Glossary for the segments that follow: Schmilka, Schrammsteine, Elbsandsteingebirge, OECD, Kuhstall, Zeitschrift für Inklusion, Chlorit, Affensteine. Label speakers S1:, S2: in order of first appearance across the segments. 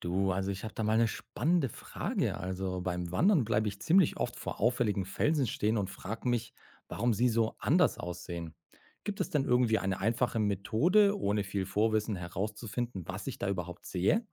S1: Du, also ich habe da mal eine spannende Frage. Also beim Wandern bleibe ich ziemlich oft vor auffälligen Felsen stehen und frage mich, warum sie so anders aussehen. Gibt es denn irgendwie eine einfache Methode, ohne viel Vorwissen herauszufinden, was ich da überhaupt sehe?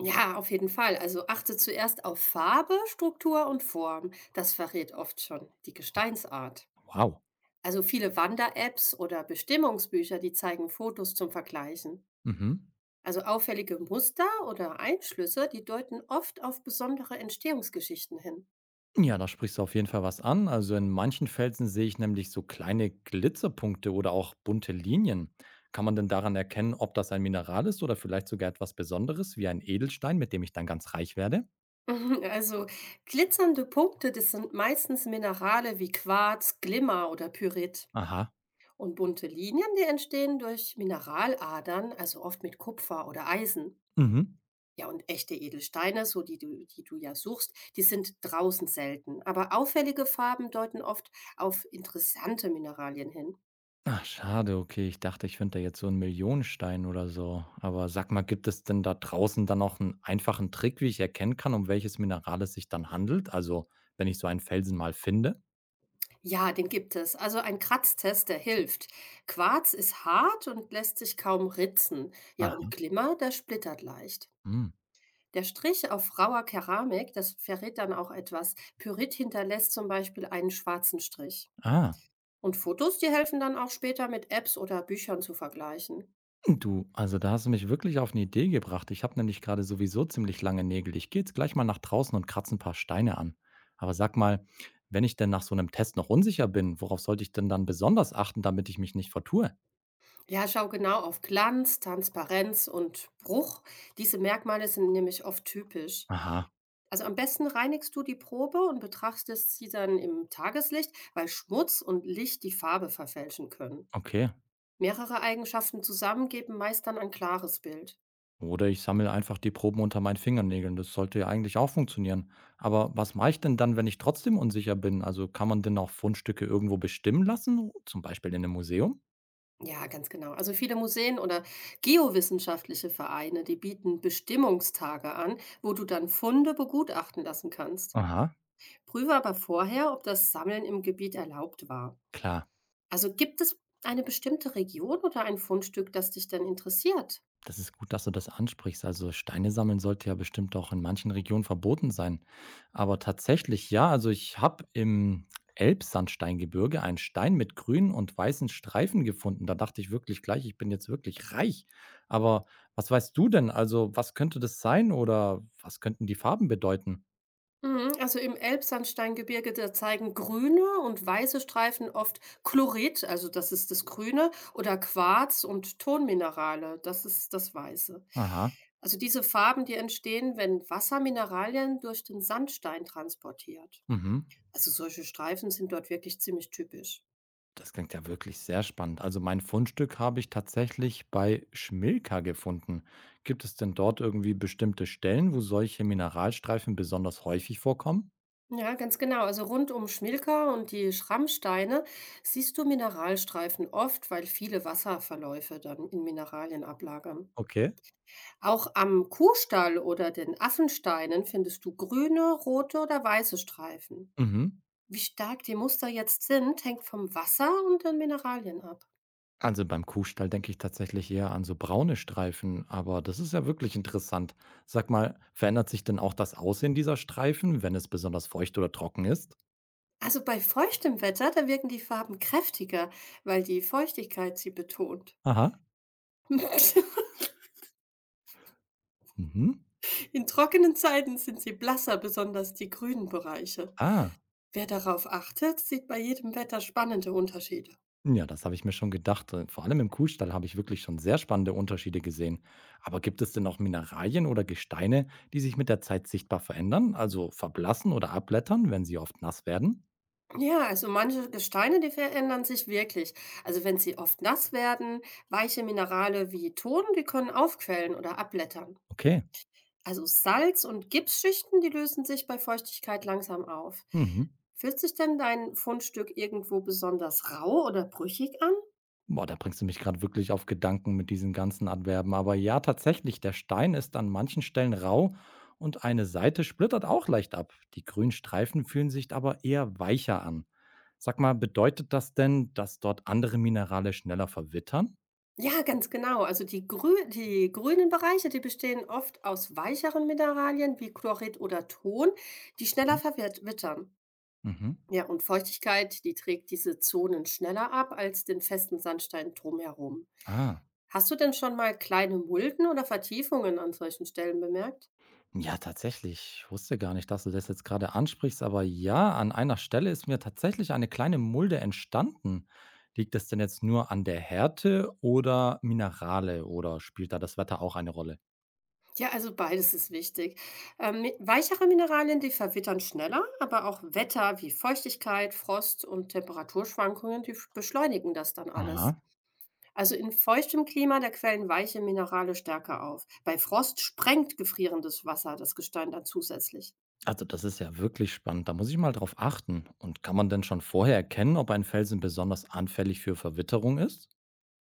S2: Ja, auf jeden Fall. Also achte zuerst auf Farbe, Struktur und Form. Das verrät oft schon die Gesteinsart.
S1: Wow.
S2: Also viele Wander-Apps oder Bestimmungsbücher, die zeigen Fotos zum Vergleichen.
S1: Mhm.
S2: Also auffällige Muster oder Einschlüsse, die deuten oft auf besondere Entstehungsgeschichten hin.
S1: Ja, da sprichst du auf jeden Fall was an. Also in manchen Felsen sehe ich nämlich so kleine Glitzerpunkte oder auch bunte Linien. Kann man denn daran erkennen, ob das ein Mineral ist oder vielleicht sogar etwas Besonderes wie ein Edelstein, mit dem ich dann ganz reich werde?
S2: Mhm. Also glitzernde Punkte, das sind meistens Minerale wie Quarz, Glimmer oder Pyrit.
S1: Aha.
S2: Und bunte Linien, die entstehen durch Mineraladern, also oft mit Kupfer oder Eisen.
S1: Mhm.
S2: Ja, und echte Edelsteine, so die du ja suchst, die sind draußen selten. Aber auffällige Farben deuten oft auf interessante Mineralien hin.
S1: Ach, schade, okay. Ich dachte, ich finde da jetzt so einen Millionenstein oder so. Aber sag mal, gibt es denn da draußen dann noch einen einfachen Trick, wie ich erkennen kann, um welches Mineral es sich dann handelt? Also, wenn ich so einen Felsen mal finde?
S2: Ja, den gibt es. Also ein Kratztest, der hilft. Quarz ist hart und lässt sich kaum ritzen. Ja, und
S1: Aha,
S2: Glimmer, der splittert leicht.
S1: mhm.
S2: Der Strich auf rauer Keramik, das verrät dann auch etwas. Pyrit hinterlässt zum Beispiel einen schwarzen Strich.
S1: Ah,
S2: Und Fotos, die helfen dann auch später mit Apps oder Büchern zu vergleichen.
S1: du, also da hast du mich wirklich auf eine Idee gebracht. Ich habe nämlich gerade sowieso ziemlich lange Nägel. Ich gehe jetzt gleich mal nach draußen und kratze ein paar Steine an. Aber sag mal, wenn ich denn nach so einem Test noch unsicher bin, worauf sollte ich denn dann besonders achten, damit ich mich nicht vertue?
S2: Ja, schau genau auf Glanz, Transparenz und Bruch. Diese Merkmale sind nämlich oft typisch.
S1: Aha,
S2: Also am besten reinigst du die Probe und betrachtest sie dann im Tageslicht, weil Schmutz und Licht die Farbe verfälschen können.
S1: okay.
S2: Mehrere Eigenschaften zusammen geben meist dann ein klares Bild.
S1: Oder ich sammle einfach die Proben unter meinen Fingernägeln. Das sollte ja eigentlich auch funktionieren. Aber was mache ich denn dann, wenn ich trotzdem unsicher bin? Also kann man denn auch Fundstücke irgendwo bestimmen lassen? Zum Beispiel in einem Museum?
S2: Ja, ganz genau. Also viele Museen oder geowissenschaftliche Vereine, die bieten Bestimmungstage an, wo du dann Funde begutachten lassen kannst.
S1: Aha,
S2: Prüfe aber vorher, ob das Sammeln im Gebiet erlaubt war.
S1: klar.
S2: Also gibt es eine bestimmte Region oder ein Fundstück, das dich dann interessiert?
S1: Das ist gut, dass du das ansprichst. Also Steine sammeln sollte ja bestimmt auch in manchen Regionen verboten sein. Aber tatsächlich, ja, also ich habe im Elbsandsteingebirge einen Stein mit grünen und weißen Streifen gefunden. Da dachte ich wirklich gleich, ich bin jetzt wirklich reich. Aber was weißt du denn? Also was könnte das sein oder was könnten die Farben bedeuten?
S2: Mhm, also im Elbsandsteingebirge, da zeigen grüne und weiße Streifen oft Chlorit, also das ist das Grüne, oder Quarz und Tonminerale, das ist das Weiße.
S1: Aha.
S2: Also diese Farben, die entstehen, wenn Wasser Mineralien durch den Sandstein transportiert.
S1: Mhm.
S2: Also solche Streifen sind dort wirklich ziemlich typisch.
S1: Das klingt ja wirklich sehr spannend. Also mein Fundstück habe ich tatsächlich bei Schmilka gefunden. Gibt es denn dort irgendwie bestimmte Stellen, wo solche Mineralstreifen besonders häufig vorkommen?
S2: Ja, ganz genau. Also rund um Schmilka und die Schrammsteine siehst du Mineralstreifen oft, weil viele Wasserverläufe dann in Mineralien ablagern.
S1: Okay.
S2: Auch am Kuhstall oder den Affensteinen findest du grüne, rote oder weiße Streifen.
S1: Mhm.
S2: Wie stark die Muster jetzt sind, hängt vom Wasser und den Mineralien ab.
S1: Also beim Kuhstall denke ich tatsächlich eher an so braune Streifen, aber das ist ja wirklich interessant. Sag mal, verändert sich denn auch das Aussehen dieser Streifen, wenn es besonders feucht oder trocken ist?
S2: Also bei feuchtem Wetter, da wirken die Farben kräftiger, weil die Feuchtigkeit sie betont.
S1: Aha. Mhm.
S2: In trockenen Zeiten sind sie blasser, besonders die grünen Bereiche.
S1: Ah,
S2: Wer darauf achtet, sieht bei jedem Wetter spannende Unterschiede.
S1: ja, das habe ich mir schon gedacht. Vor allem im Kuhstall habe ich wirklich schon sehr spannende Unterschiede gesehen. Aber gibt es denn auch Mineralien oder Gesteine, die sich mit der Zeit sichtbar verändern, also verblassen oder abblättern, wenn sie oft nass werden?
S2: Ja, also manche Gesteine, die verändern sich wirklich. Also wenn sie oft nass werden, weiche Minerale wie Ton, die können aufquellen oder abblättern.
S1: Okay.
S2: Also Salz- und Gipsschichten, die lösen sich bei Feuchtigkeit langsam auf.
S1: Mhm.
S2: Fühlt sich denn dein Fundstück irgendwo besonders rau oder brüchig an?
S1: Boah, da bringst du mich gerade wirklich auf Gedanken mit diesen ganzen Adverben. Aber ja, tatsächlich, der Stein ist an manchen Stellen rau und eine Seite splittert auch leicht ab. Die grünen Streifen fühlen sich aber eher weicher an. Sag mal, bedeutet das denn, dass dort andere Minerale schneller verwittern?
S2: Ja, ganz genau. Also die grünen Bereiche, die bestehen oft aus weicheren Mineralien wie Chlorid oder Ton, die schneller verwittern.
S1: Mhm.
S2: Ja, und Feuchtigkeit, die trägt diese Zonen schneller ab als den festen Sandstein drumherum.
S1: Ah.
S2: Hast du denn schon mal kleine Mulden oder Vertiefungen an solchen Stellen bemerkt?
S1: Ja, tatsächlich. Ich wusste gar nicht, dass du das jetzt gerade ansprichst, aber ja, an einer Stelle ist mir tatsächlich eine kleine Mulde entstanden. Liegt das denn jetzt nur an der Härte oder Minerale oder spielt da das Wetter auch eine Rolle?
S2: Ja, also beides ist wichtig. Weichere Mineralien, die verwittern schneller, aber auch Wetter wie Feuchtigkeit, Frost und Temperaturschwankungen, beschleunigen das dann alles.
S1: Aha.
S2: Also in feuchtem Klima, da quellen weiche Minerale stärker auf. Bei Frost sprengt gefrierendes Wasser das Gestein dann zusätzlich.
S1: Also das ist ja wirklich spannend. Da muss ich mal drauf achten. Und kann man denn schon vorher erkennen, ob ein Felsen besonders anfällig für Verwitterung ist?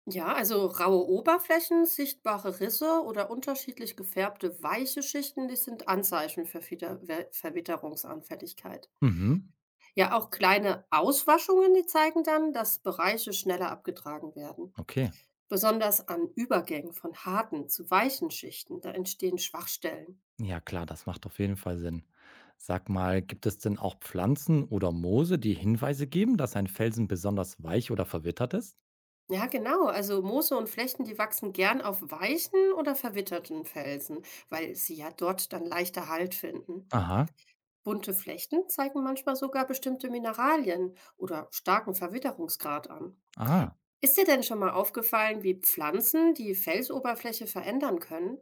S2: Ja, also raue Oberflächen, sichtbare Risse oder unterschiedlich gefärbte weiche Schichten, die sind Anzeichen für Verwitterungsanfälligkeit.
S1: Mhm.
S2: Ja, auch kleine Auswaschungen, die zeigen dann, dass Bereiche schneller abgetragen werden.
S1: Okay.
S2: Besonders an Übergängen von harten zu weichen Schichten, da entstehen Schwachstellen.
S1: Ja klar, das macht auf jeden Fall Sinn. Sag mal, gibt es denn auch Pflanzen oder Moose, die Hinweise geben, dass ein Felsen besonders weich oder verwittert ist?
S2: Ja, genau. Also Moose und Flechten, die wachsen gern auf weichen oder verwitterten Felsen, weil sie ja dort dann leichter Halt finden.
S1: Aha,
S2: Bunte Flechten zeigen manchmal sogar bestimmte Mineralien oder starken Verwitterungsgrad an.
S1: ah,
S2: Ist dir denn schon mal aufgefallen, wie Pflanzen die Felsoberfläche verändern können?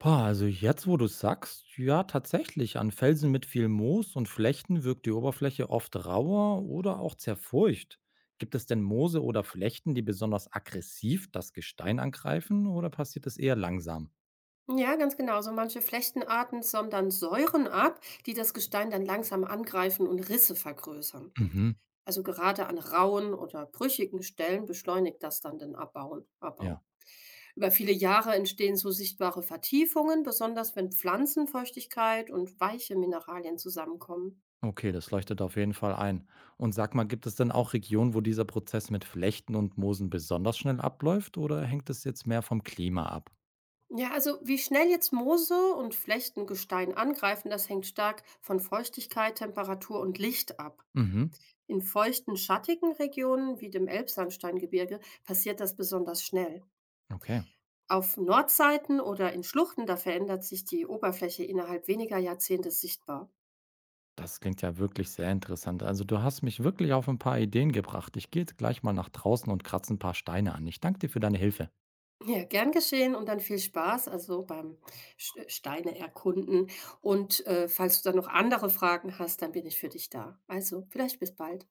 S1: boah, also jetzt, wo du sagst, ja tatsächlich, an Felsen mit viel Moos und Flechten wirkt die Oberfläche oft rauer oder auch zerfurcht. Gibt es denn Moose oder Flechten, die besonders aggressiv das Gestein angreifen oder passiert es eher langsam?
S2: Ja, ganz genau. So manche Flechtenarten sondern Säuren ab, die das Gestein dann langsam angreifen und Risse vergrößern.
S1: Mhm.
S2: Also gerade an rauen oder brüchigen Stellen beschleunigt das dann Abbau.
S1: Ja.
S2: Über viele Jahre entstehen so sichtbare Vertiefungen, besonders wenn Pflanzenfeuchtigkeit und weiche Mineralien zusammenkommen.
S1: Okay, das leuchtet auf jeden Fall ein. Und sag mal, gibt es denn auch Regionen, wo dieser Prozess mit Flechten und Moosen besonders schnell abläuft oder hängt es jetzt mehr vom Klima ab?
S2: Ja, also wie schnell jetzt Moose und Flechtengestein angreifen, das hängt stark von Feuchtigkeit, Temperatur und Licht ab.
S1: Mhm,
S2: In feuchten, schattigen Regionen wie dem Elbsandsteingebirge passiert das besonders schnell.
S1: okay.
S2: Auf Nordseiten oder in Schluchten, da verändert sich die Oberfläche innerhalb weniger Jahrzehnte sichtbar.
S1: Das klingt ja wirklich sehr interessant. Also du hast mich wirklich auf ein paar Ideen gebracht. Ich gehe jetzt gleich mal nach draußen und kratze ein paar Steine an. Ich danke dir für deine Hilfe.
S2: Ja, gern geschehen und dann viel Spaß, also beim Steine erkunden. Und falls du dann noch andere Fragen hast, dann bin ich für dich da. Also, vielleicht bis bald.